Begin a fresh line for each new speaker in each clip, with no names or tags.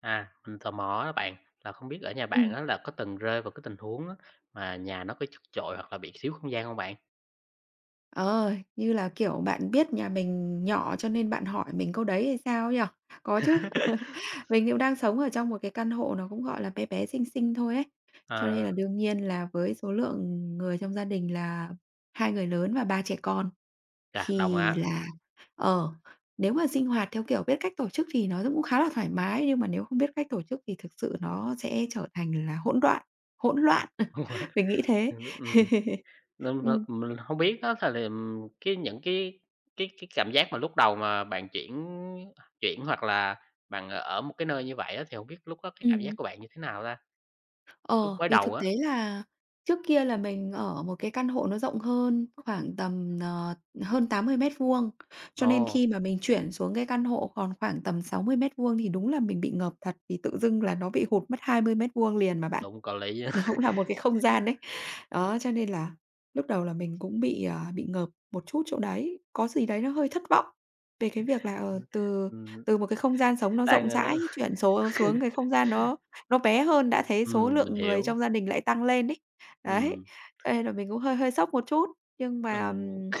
À, mình tò mò đó bạn, là không biết ở nhà bạn
Ừm.
á, là có từng rơi vào cái tình huống á, mà nhà nó có chật chội hoặc là bị xíu không gian không bạn?
Ờ, như là, kiểu, bạn biết nhà mình nhỏ cho nên bạn hỏi mình câu đấy hay sao ấy nhỉ? Có chứ. Mình cũng đang sống ở trong một cái căn hộ nó cũng, gọi là, bé bé, xinh xinh thôi ấy. Cho nên
À,
là đương nhiên là với số lượng người trong gia đình là 2 người lớn và 3 trẻ con
chà, đồng
thì
ạ.
là ờ, nếu mà sinh hoạt theo kiểu biết cách tổ chức thì nó cũng khá là thoải mái, nhưng mà nếu không biết cách tổ chức thì thực sự nó sẽ trở thành là hỗn loạn hỗn loạn. Mình nghĩ thế.
Ừm, ừm, nên là
Ừm.
mình không biết đó là cái những cái cảm giác mà lúc đầu mà bạn chuyển chuyển hoặc là bạn ở một cái nơi như vậy á, thì không biết lúc đó cái cảm giác
Ừm.
của bạn như thế nào ta? Lúc
Ờ,
mới
vì
đầu
thực
á.
tế là trước kia là mình ở một cái căn hộ nó rộng hơn khoảng tầm, hơn 80 mét vuông cho nên
Ồ,
khi mà mình chuyển xuống cái căn hộ còn khoảng tầm 60 mét vuông thì đúng là mình bị ngợp thật, vì tự dưng là nó bị hụt mất 20 mét vuông liền mà bạn.
đúng, có lý
Nó
á.
cũng là một cái không gian đấy. Đó, cho nên là lúc đầu là mình cũng bị ngợp một chút chỗ đấy, có gì đấy nó hơi thất vọng về cái việc là, ờ, từ
Ừm,
từ một cái không gian sống nó
đang,
rộng rãi chuyển số
Ừ,
xuống cái không gian đó nó bé hơn đã thấy số
mình
lượng người
hiểu,
trong gia đình lại tăng lên ấy. Đấy,
ừm.
cho nên là mình cũng hơi hơi sốc một chút, nhưng mà,
Ừm,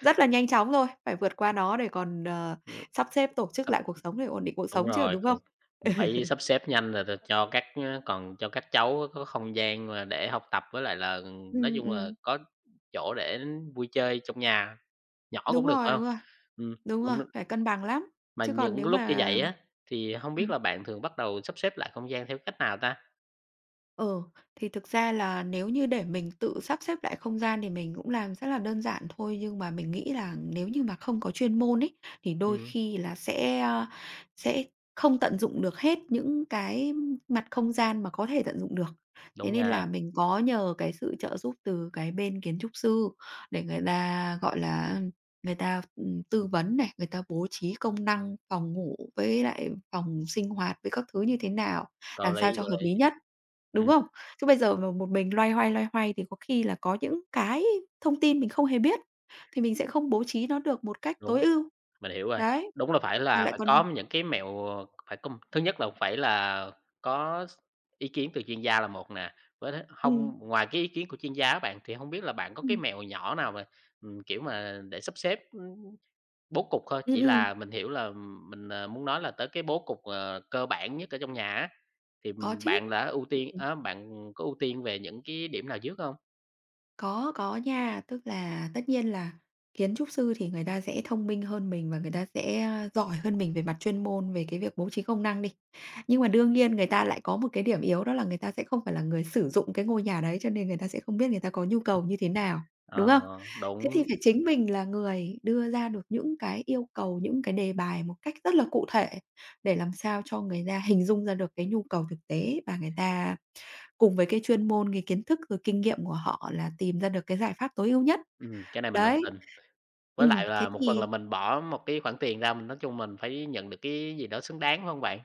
rất là nhanh chóng rồi phải vượt qua nó để còn, sắp xếp tổ chức lại cuộc sống để ổn định cuộc
Đúng
sống chứ,
rồi,
đúng không?
còn mình phải
Ừ.
sắp xếp nhanh rồi rồi cho các, còn cho các cháu có không gian mà để học tập với lại là, nói
Ừm,
chung là
ừm,
có chỗ để vui chơi trong nhà, nhỏ
đúng
cũng được,
rồi,
phải hông?
đúng rồi,
Ừm,
đúng rồi,
mình
phải cân bằng lắm,
mà
chứ còn
những
nếu
lúc như
mà
vậy á, thì không biết
ừm.
là bạn thường bắt đầu sắp xếp lại không gian theo cách nào ta?
Ừ, thì thực ra là nếu như để mình tự sắp xếp lại không gian thì mình cũng làm rất là đơn giản thôi, nhưng mà mình nghĩ là nếu như mà không có chuyên môn ấy, thì đôi
Ừm,
khi là sẽ không tận dụng được hết những cái mặt không gian mà có thể tận dụng được.
đúng
Thế nên là
nha,
mình có nhờ cái sự trợ giúp từ cái bên kiến trúc sư để người ta, gọi là, người ta, tư vấn này, người ta bố trí công năng phòng ngủ với lại phòng sinh hoạt với các thứ như thế nào,
có
làm
lý,
sao cho
có
hợp
lý.
lý nhất. Đúng
Ừm,
không? Chứ bây giờ mà một mình loay hoay thì có khi là có những cái thông tin mình không hề biết, thì mình sẽ không bố trí nó được một cách
đúng.
tối ưu.
Mình hiểu rồi.
Đấy,
Đúng là phải
mà
là
lại
phải có
còn.
những cái mẹo, phải công thứ nhất là phải là có s ý kiến từ chuyên gia là một nè, với thế
Ừm,
không ngoài cái ý kiến của chuyên gia á bạn, thì không biết là bạn có cái
ừm,
mẹo nhỏ nào mà, kiểu mà, để sắp xếp, bố cục thôi, chỉ
ừm.
là mình hiểu là mình, muốn nói là tới cái bố cục, cơ bản nhất ở trong nhà á, thì,
Có chứ.
bạn đã ưu tiên á, bạn có ưu tiên về những cái điểm nào trước không?
Có nha. Tức là tất nhiên là kiến trúc sư thì người ta sẽ thông minh hơn mình và người ta sẽ, giỏi hơn mình về mặt chuyên môn, về cái việc bố trí công năng đi. Nhưng mà đương nhiên người ta lại có một cái điểm yếu đó là người ta sẽ không phải là người sử dụng cái ngôi nhà đấy, cho nên người ta sẽ không biết người ta có nhu cầu như thế nào, đúng
Ờ,
không? Thế thì
đúng,
phải chính mình là người đưa ra được những cái yêu cầu, những cái đề bài một cách rất là cụ thể để làm sao cho người ta hình dung ra được cái nhu cầu thực tế và người ta cùng với cái chuyên môn, cái kiến thức, rồi kinh nghiệm của họ là tìm ra được cái giải pháp tối ưu nhất.
cái này mình đồng
Đấy.
tình. Với lại
Thế
là một phần là
thì
mình bỏ một cái khoản tiền ra, mình nói chung mình phải nhận được cái gì đó xứng đáng, phải hông bạn?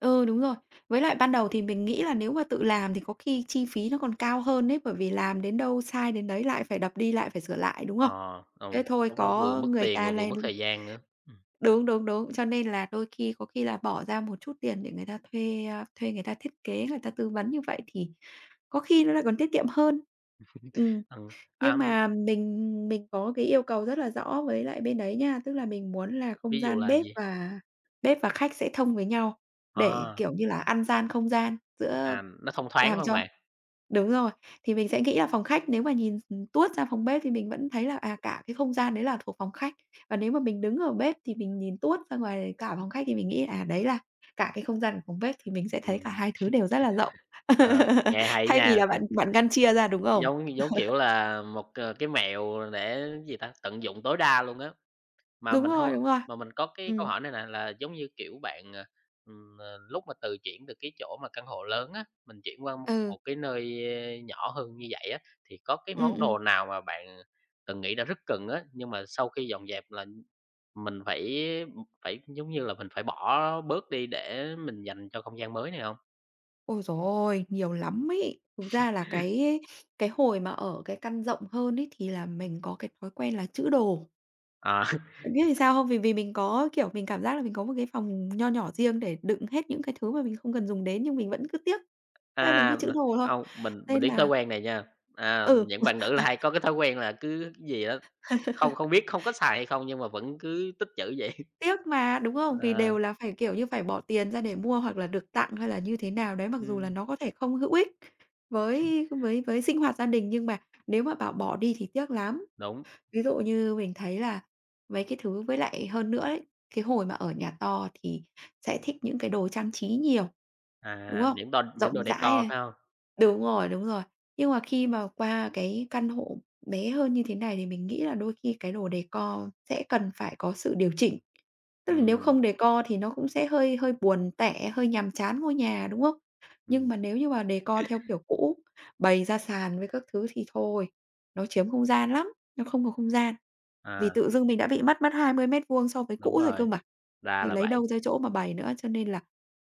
ừ, đúng rồi. Với lại ban đầu thì mình nghĩ là nếu mà tự làm thì có khi chi phí nó còn cao hơn đấy, bởi vì làm đến đâu sai đến đấy lại phải đập đi, lại phải sửa lại, đúng không?
Ờ,
Thế thôi
lúc đó vừa
có
mất
người
tiền mà
ta
vừa
lên
mất thời gian nữa. Ừm,
đúng, đúng, đúng, cho nên là đôi khi có khi là bỏ ra một chút tiền để người ta thuê, thuê người ta thiết kế, người ta tư vấn như vậy thì có khi nó lại còn tiết kiệm hơn. Ừm.
ừm, à,
Nhưng mà mình có cái yêu cầu rất là rõ với lại bên đấy nha, tức là mình muốn là không
ví dụ
gian
là
bếp
gì?
và bếp và khách sẽ thông với nhau để,
Ờ,
kiểu như là, ăn gian không gian giữa
nó thông thoáng, phải
làm
hông
cho
bạn?
đúng rồi, thì mình sẽ nghĩ là phòng khách nếu mà nhìn, tuốt ra phòng bếp thì mình vẫn thấy là, à, cả cái không gian đấy là thuộc phòng khách, và nếu mà mình đứng ở bếp thì mình nhìn tuốt ra ngoài cả phòng khách thì mình nghĩ, à, đấy là cả cái không gian của phòng bếp thì mình sẽ thấy cả
Ừm,
hai thứ đều rất là rộng.
ờ, nghe hay
Thay vì
nha,
là bạn bạn ngăn chia ra, đúng không?
giống giống, kiểu là, một, cái mẹo để gì ta, tận dụng tối đa luôn á. Mà
Đúng
mình hông
rồi, đúng rồi.
mà mình có cái câu
Ừm,
hỏi này nè, là giống như, kiểu, bạn, lúc mà từ chuyển từ cái chỗ mà căn hộ lớn á, mình chuyển qua
ừ,
một cái nơi, nhỏ hơn như vậy á, thì có cái món
ừm.
đồ nào mà bạn từng nghĩ đã rất cần á, nhưng mà sau khi dọn dẹp là mình phải phải, giống như là, mình phải bỏ bớt đi để mình dành cho không gian mới này hông?
Ôi giời ôi, nhiều lắm ấy! Thực ra là cái hồi mà ở cái căn rộng hơn ấy, thì là mình có cái thói quen là trữ đồ.
À,
Bạn biết vì sao không? Vì vì mình có, kiểu, mình cảm giác là mình có một cái phòng nho nhỏ riêng để đựng hết những cái thứ mà mình không cần dùng đến nhưng mình vẫn cứ tiếc, thế là mình
à,
cứ
m
trữ đồ thôi.
hông, mình
Nên
biết thói
là
quen này nha. À,
ừ.
những bạn nữ là hay có cái thói quen là cứ cái gì á, không không biết không có xài hay không nhưng mà vẫn cứ tích trữ vậy.
Tiếc mà, đúng không? Vì
À,
đều là phải, kiểu như, phải bỏ tiền ra để mua hoặc là được tặng hay là như thế nào đấy, mặc dù là
ừm,
nó có thể không hữu ích với sinh hoạt gia đình, nhưng mà nếu mà bảo bỏ đi thì tiếc lắm.
đúng,
Ví dụ như mình thấy là mấy cái thứ với lại hơn nữa ấy, cái hồi mà ở nhà to thì sẽ thích những cái đồ trang trí nhiều, đúng
à,
không?
những đồ những
Rộng
đồ
rãi
decor
này.
phải hông?
Đúng rồi, đúng rồi. Nhưng mà khi mà qua cái căn hộ bé hơn như thế này thì mình nghĩ là đôi khi cái đồ decor sẽ cần phải có sự điều chỉnh. Tức là nếu
Ừm,
không decor thì nó cũng sẽ hơi hơi buồn tẻ, hơi nhàm chán ngôi nhà, đúng không? Nhưng
ừm,
mà nếu như mà decor theo kiểu cũ, bày ra sàn với các thứ thì thôi, nó chiếm không gian lắm, nó không có không gian. Vì
à,
tự dưng mình đã bị mất mất 20 mét vuông so với
đúng
cũ rồi cơ
rồi,
mà,
ra
thì
là
lấy
vậy,
đâu ra chỗ mà bày nữa, cho nên là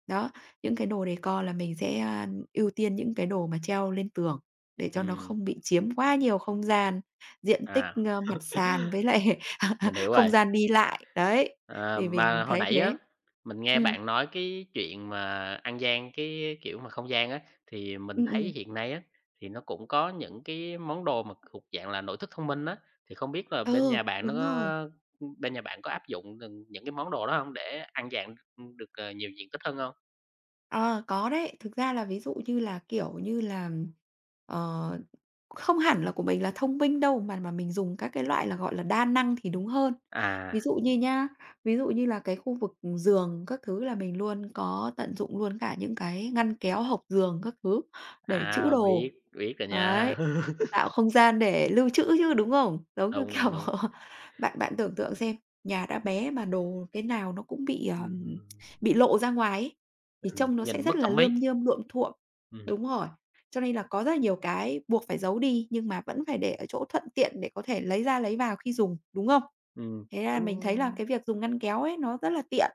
đó, những cái đồ decor là mình sẽ, ưu tiên những cái đồ mà treo lên tường để cho nó
ừm,
không bị chiếm quá nhiều không gian, diện tích,
à,
mặt sàn với lại
mình hiểu
không
rồi.
gian đi lại, đấy.
À,
Thì
mà
mình
hồi
thấy
nãy á,
thế.
mình nghe
Ừm,
bạn nói cái chuyện mà ăn gian cái, kiểu mà, không gian á, thì mình
ừm,
thấy
ừm.
hiện nay á, thì nó cũng có những cái món đồ mà thuộc dạng là nội thất thông minh á, thì không biết là bên
Ừ,
nhà bạn nó
đúng rồi.
có bên nhà bạn có áp dụng từng những cái món đồ đó hông để ăn gian được nhiều diện tích hơn hông?
Ờ, có đấy. Thực ra là ví dụ như là, kiểu như là, ờ, không hẳn là của mình là thông minh đâu, mà mình dùng các cái loại là, gọi là, đa năng thì đúng hơn.
À.
Ví dụ như nhá, ví dụ như là cái khu vực giường các thứ là mình luôn có tận dụng luôn cả những cái ngăn kéo hộc giường các thứ để trữ
À, biết,
đồ.
biết rồi nha.
Đấy, tạo không gian để lưu trữ chứ, đúng không? Giống như,
Đúng, đúng,
kiểu,
đúng.
bạn bạn tưởng tượng xem, nhà đã bé mà đồ cái nào nó cũng bị, ờm,
Ừm,
bị lộ ra ngoài ấy thì trông nó
nhìn
sẽ
mất
rất là
thẩm mỹ.
lươm nhơm, luộm thuộm.
Ừ
Đúng rồi, cho nên là có rất là nhiều cái buộc phải giấu đi nhưng mà vẫn phải để ở chỗ thuận tiện để có thể lấy ra lấy vào khi dùng, đúng không?
ừm,
Thế là mình thấy là
đúng,
cái việc dùng ngăn kéo ấy nó rất là tiện.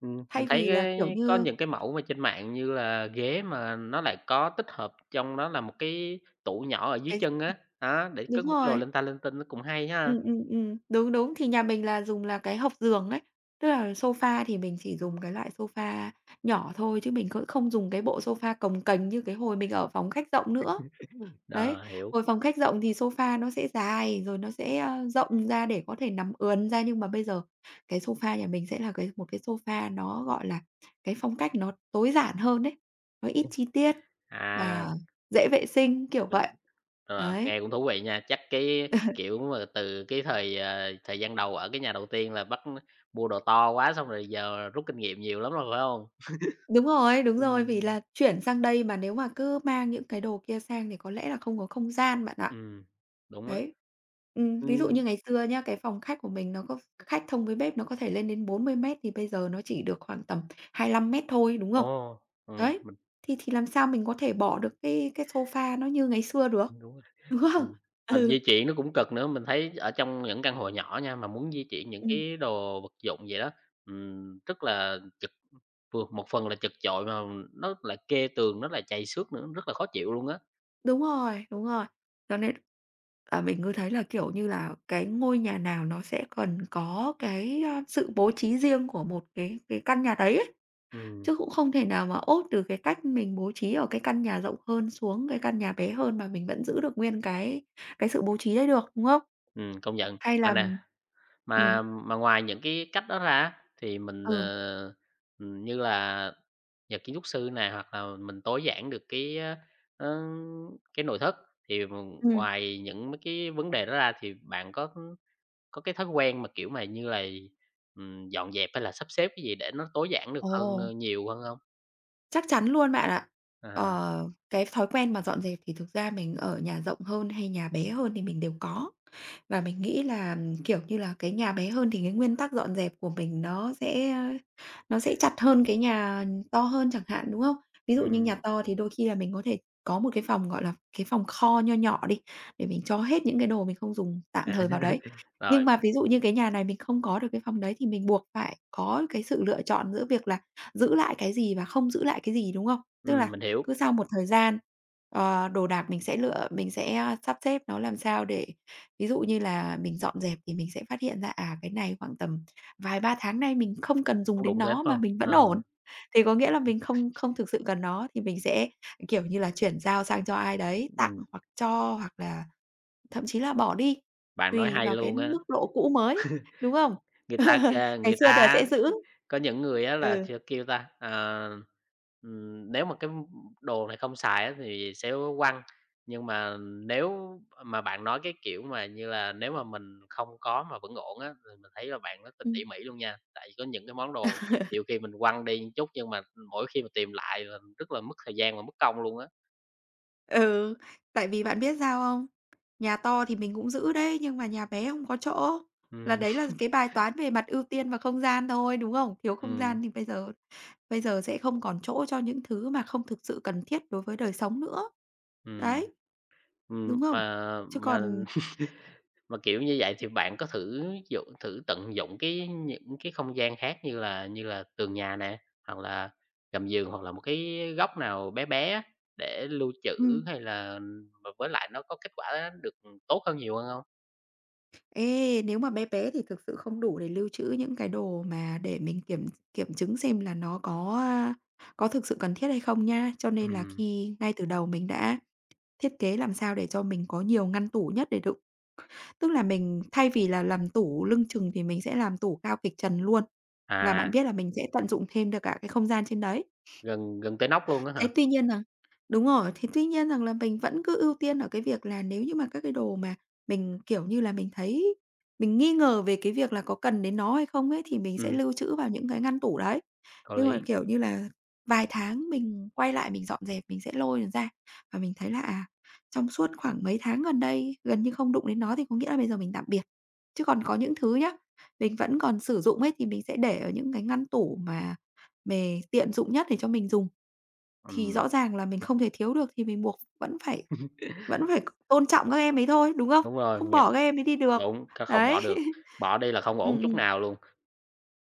mình
Thay
thấy
vì là, kiểu
cái có
như,
những cái mẫu mà trên mạng như là ghế mà nó lại có tích hợp trong đó là một cái tủ nhỏ ở dưới
cái
chân á, đó, để cất
đúng
mấy cái đồ
rồi,
linh ta linh tinh nó cũng hay ha.
đúng, đúng, thì nhà mình là dùng là cái hộc giường ấy, tức là sofa thì mình chỉ dùng cái loại sofa nhỏ thôi chứ mình cũng không dùng cái bộ sofa cồng kềnh như cái hồi mình ở phòng khách rộng nữa. Đấy,
Ờ, hiểu.
ngồi phòng khách rộng thì sofa nó sẽ dài, rồi nó sẽ, rộng ra để có thể nằm ườn ra, nhưng mà bây giờ cái sofa nhà mình sẽ là một cái sofa nó, gọi là, cái phong cách nó tối giản hơn đấy, nó ít chi tiết
À,
và dễ vệ sinh, kiểu
mình
vậy.
ờ,
Đấy.
nghe cũng thú vị nha. Chắc cái, kiểu mà, từ cái thời, thời gian đầu ở cái nhà đầu tiên là bắt mua đồ to quá xong rồi giờ rút kinh nghiệm nhiều lắm rồi, phải không?
Đúng rồi, vì
Ừm.
là chuyển sang đây mà nếu mà cứ mang những cái đồ kia sang thì có lẽ là không có không gian bạn ạ.
Ừm, đúng á.
Đấy. Ví dụ
Ừm,
như ngày xưa nhá, cái phòng khách của mình nó có khách thông với bếp nó có thể lên đến 40 mét thì bây giờ nó chỉ được khoảng tầm 25 mét thôi, đúng không?
ồ,
Đấy,
mình
thì làm sao mình có thể bỏ được cái sofa nó như ngày xưa được,
đúng rồi,
đúng không?
ừm. Mà di chuyển nó cũng cực nữa, mình thấy ở trong những căn hộ nhỏ nha, mà muốn di chuyển những
Ừ.
cái đồ vật dụng vậy đó, rất là chật, vừa một phần là chật chội mà nó lại kê tường, nó lại chày xước nữa, rất là khó chịu luôn á.
Đúng rồi, đúng rồi. Cho nên là mình cứ thấy là, kiểu như là, cái ngôi nhà nào nó sẽ cần có cái, sự bố trí riêng của một cái căn nhà đấy ấy,
Ừm,
chứ cũng không thể nào mà ốt từ cái cách mình bố trí ở cái căn nhà rộng hơn xuống cái căn nhà bé hơn mà mình vẫn giữ được nguyên cái sự bố trí đấy được, đúng không?
công nhận.
Hay
Mà
là
nè,
ừ,
mà ngoài những cái cách đó ra á, thì mình,
ừ,
như là nhờ kiến trúc sư nè, hoặc là mình tối giản được cái, ơ, ơ, cái nội thất. Thì mình
ừm,
ngoài những mấy cái vấn đề đó ra thì bạn có cái thói quen mà, kiểu, mà như là, dọn dẹp hay là sắp xếp cái gì để nó tối giản được
ồ,
hơn, nhiều hơn không?
chắc chắn luôn bạn ạ.
À,
Ờ, cái thói quen mà dọn dẹp thì thực ra mình ở nhà rộng hơn hay nhà bé hơn thì mình đều có. Và mình nghĩ là, kiểu như là, cái nhà bé hơn thì cái nguyên tắc dọn dẹp của mình nó sẽ chặt hơn cái nhà to hơn chẳng hạn, đúng không? Ví dụ như
ừm,
nhà to thì đôi khi là mình có thể có một cái phòng, gọi là, cái phòng kho nho nhỏ đi, để mình cho hết những cái đồ mình không dùng tạm
à,
thời vào đấy. Nhưng mà
rồi,
ví dụ như cái nhà này mình không có được cái phòng đấy thì mình buộc phải có cái sự lựa chọn giữa việc là giữ lại cái gì và không giữ lại cái gì, đúng không? Tức là
mình hiểu,
cứ sau một thời gian, đồ đạc mình sẽ lựa mình sẽ sắp xếp nó làm sao để ví dụ như là mình dọn dẹp thì mình sẽ phát hiện ra, à, cái này khoảng tầm vài ba tháng nay mình không cần dùng
không
đến
đụng đến,
nó
phải
mà
hông?
mình vẫn
Ờ,
ổn. Thì có nghĩa là mình không không thực sự cần nó thì mình sẽ, kiểu như là, chuyển giao sang cho ai đấy, tặng
ừm,
hoặc cho hoặc là thậm chí là bỏ đi,
bạn nói
tùy
hay
vào cái
luôn á,
mức độ cũ mới, đúng không?
người ta, a,
Ngày
người
xưa là
ta
sẽ giữ.
có những người á là
Ừ.
sẽ kêu ta, nếu mà cái đồ này không xài á thì sẽ quăng, nhưng mà nếu mà bạn nói cái kiểu mà như là nếu mà mình không có mà vẫn ổn á, thì mình thấy là bạn rất là tỉ mỉ luôn nha. Tại vì có những cái món đồ nhiều khi mình quăng đi một chút nhưng mà mỗi khi mà tìm lại là rất là mất thời gian và mất công luôn á.
Ừ, tại vì bạn biết sao không? Nhà to thì mình cũng giữ đấy, nhưng mà nhà bé không có chỗ. Là
Ừm.
đấy là cái bài toán về mặt ưu tiên và không gian thôi, đúng không? Thiếu không
Ừm,
gian thì bây giờ sẽ không còn chỗ cho những thứ mà không thực sự cần thiết đối với đời sống nữa.
ừm,
Đấy, đúng không? Chứ
mà
còn
Mà, kiểu như vậy, thì bạn có thử dụ thử tận dụng cái những cái không gian khác như là tường nhà nè, hoặc là gầm giường, hoặc là một cái góc nào bé bé á, để lưu
ừm,
trữ hay là v với lại nó có kết quả được, tốt hơn nhiều hơn không?
ê, nếu mà bé bé thì thực sự không đủ để lưu trữ những cái đồ mà để mình kiểm kiểm chứng xem là nó có, có thực sự cần thiết hay không nha. Cho nên là
Ừm,
khi ngay từ đầu mình đã thiết kế làm sao để cho mình có nhiều ngăn tủ nhất để đựng. Tức là mình thay vì là làm tủ lưng chừng thì mình sẽ làm tủ cao kịch trần luôn, là bạn
à,
biết là mình sẽ tận dụng thêm được cả cái không gian trên đấy.
gần gần tới nóc luôn á
Thế
hả?
tuy nhiên rằng đúng rồi, thế tuy nhiên rằng là mình vẫn cứ ưu tiên ở cái việc là nếu như mà các cái đồ mà mình, kiểu như là, mình thấy mình nghi ngờ về cái việc là có cần đến nó hay không ấy, thì mình sẽ
Ừm,
lưu trữ vào những cái ngăn tủ đấy.
có
Nhưng mà,
lý.
kiểu như là, vài tháng mình quay lại mình dọn dẹp, mình sẽ lôi nó ra và mình thấy là, à, trong suốt khoảng mấy tháng gần đây gần như không đụng đến nó thì có nghĩa là bây giờ mình tạm biệt. Chứ còn có những thứ nhá, mình vẫn còn sử dụng ấy thì mình sẽ để ở những cái ngăn tủ mà mề tiện dụng nhất để cho mình dùng. Thì
Ừm,
rõ ràng là mình không thể thiếu được thì mình buộc vẫn phải tôn trọng các em ấy thôi, đúng không?
đúng rồi,
Không bỏ các em ấy đi được.
đúng, không
Đấy.
bỏ được, bỏ đi là không ổn
Ừm, ừm,
chút nào luôn.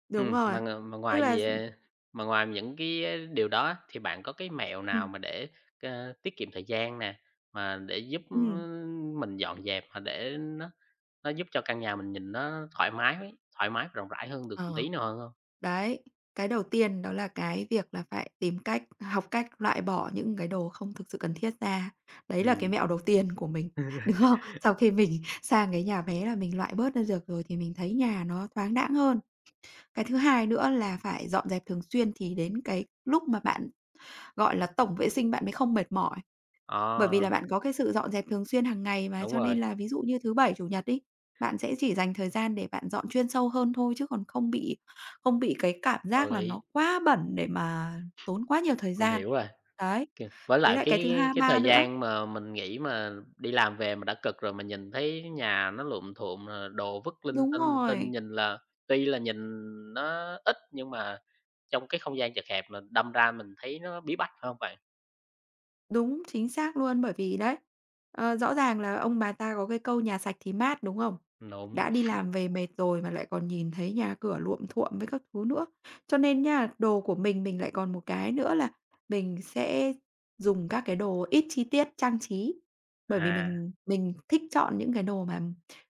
đúng
Mà
rồi.
ng mà
Tức
ngoài
là
gì, à mà ngoài những cái, điều đó thì bạn có cái mẹo nào
ừm,
mà để, tiết kiệm thời gian nè, mà để giúp,
ừm,
mình dọn dẹp mà để nó giúp cho căn nhà mình nhìn nó thoải mái, rộng rãi hơn được một
ờ,
tí nào hơn hông?
đấy, cái đầu tiên đó là cái việc là phải tìm cách học cách loại bỏ những cái đồ không thực sự cần thiết ra. Đấy là cái
Ừm.
mẹo đầu tiên của mình, đúng không? Sau khi mình sang cái nhà bé là mình loại bớt ra được rồi thì mình thấy nhà nó thoáng đãng hơn. Cái thứ hai nữa là phải dọn dẹp thường xuyên thì đến cái lúc mà bạn gọi là, tổng vệ sinh bạn mới không mệt mỏi, bởi vì
Ờ,
là bạn có cái sự dọn dẹp thường xuyên hàng ngày mà,
đúng
cho
rồi,
nên là ví dụ như thứ Bảy, Chủ nhật đi bạn sẽ chỉ dành thời gian để bạn dọn chuyên sâu hơn thôi, chứ còn không bị cái cảm
có
giác là
lý,
nó quá bẩn để mà tốn quá nhiều thời
mình
gian.
hiểu rồi.
Đấy,
Kê. Với
với
lại
lại cái thứ hai
cái
ba
thời
nữa
gian mà mình nghĩ mà đi làm về mà đã cực rồi, mà nhìn thấy nhà nó lụm thuộm, rồi đồ vứt
đúng
linh tinh,
rồi.
nhìn là tuy là nhìn nó ít nhưng mà trong cái không gian chật hẹp là đâm ra mình thấy nó bí bách, phải không bạn?
Đúng, chính xác luôn, bởi vì đấy, rõ ràng là ông bà ta có cái câu "Nhà sạch thì mát", đúng không?
Đúng,
Đã đi làm về mệt rồi mà lại còn nhìn thấy nhà cửa luộm thuộm với các thứ nữa. Cho nên nha đồ của mình lại còn một cái nữa là mình sẽ dùng các cái đồ ít chi tiết trang trí, bởi vì
à,
mình thích chọn những cái đồ mà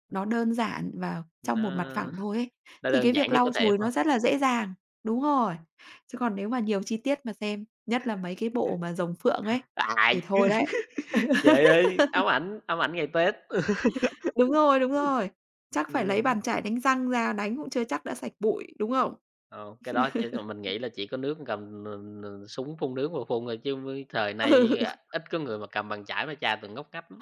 nó đơn giản và trong một mặt
nó
phẳng thôi ấy,
nó
thì
đơn
cái
giản
việc
nhất có
lau
thể, phải
chùi
hông?
nó rất là dễ dàng. Đúng rồi, chứ còn nếu mà nhiều chi tiết mà xem, nhất là mấy cái bộ mà rồng phượng ấy,
Ai,
thì thôi đấy.
trời ơi, ám ảnh ngày Tết.
Đúng rồi, đúng rồi. Chắc phải lấy
Ừ.
bàn chải đánh răng ra, đánh cũng chưa chắc đã sạch bụi, đúng không?
Ờ, cái đó chỉ là mình nghĩ là chỉ có nước cầm n n súng phun nước mà phun thôi chứ với thời nay,
Ừ,
à, ít có người mà cầm bàn chải mà chà từng ngóc ngách lắm.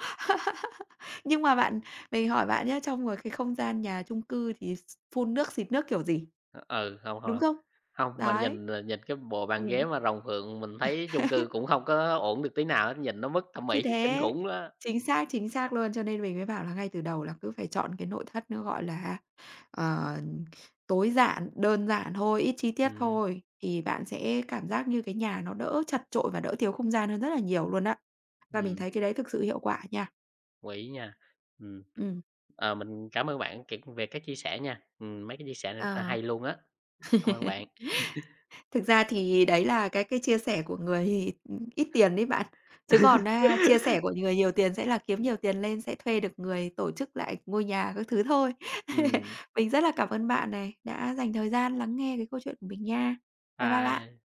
nhưng mà bạn mình hỏi bạn nhá, trong ngoài cái không gian nhà chung cư thì s phun nước, xịt nước kiểu gì,
Ờ, ừ, hông,
đúng
hông,
không?
hông, mà
Đấy.
nhìn, nhìn cái bộ bàn ghế
Ừm.
mà rồng phượng mình thấy chung cư cũng không có ổn được tí nào hết, nhìn nó mất thẩm
Thì
mỹ kinh
thế,
khủng đó.
chính xác luôn, cho nên mình mới bảo là ngay từ đầu là cứ phải chọn cái nội thất nó, gọi là, ờ, tối giản, đơn giản thôi, ít chi tiết
Ừm,
thôi, thì bạn sẽ cảm giác như cái nhà nó đỡ chật chội và đỡ thiếu không gian hơn rất là nhiều luôn á. Và mình
ừm,
thấy cái đấy thực sự hiệu quả nha.
đồng nha. Ừm.
Ừ.
Ờ, mình cảm ơn bạn kiệt về các chia sẻ nha. Mấy cái chia sẻ này rất là
Ờ.
hay luôn á. Cảm ơn bạn.
Thực ra thì đấy là cái chia sẻ của người, ít tiền đấy bạn. Chứ còn á, chia sẻ của người nhiều tiền sẽ là kiếm nhiều tiền lên sẽ thuê được người tổ chức lại ngôi nhà các thứ thôi.
Ừm,
Mình rất là cảm ơn bạn này, đã dành thời gian lắng nghe cái câu chuyện của mình nha. Bye bye
bye.
bạn.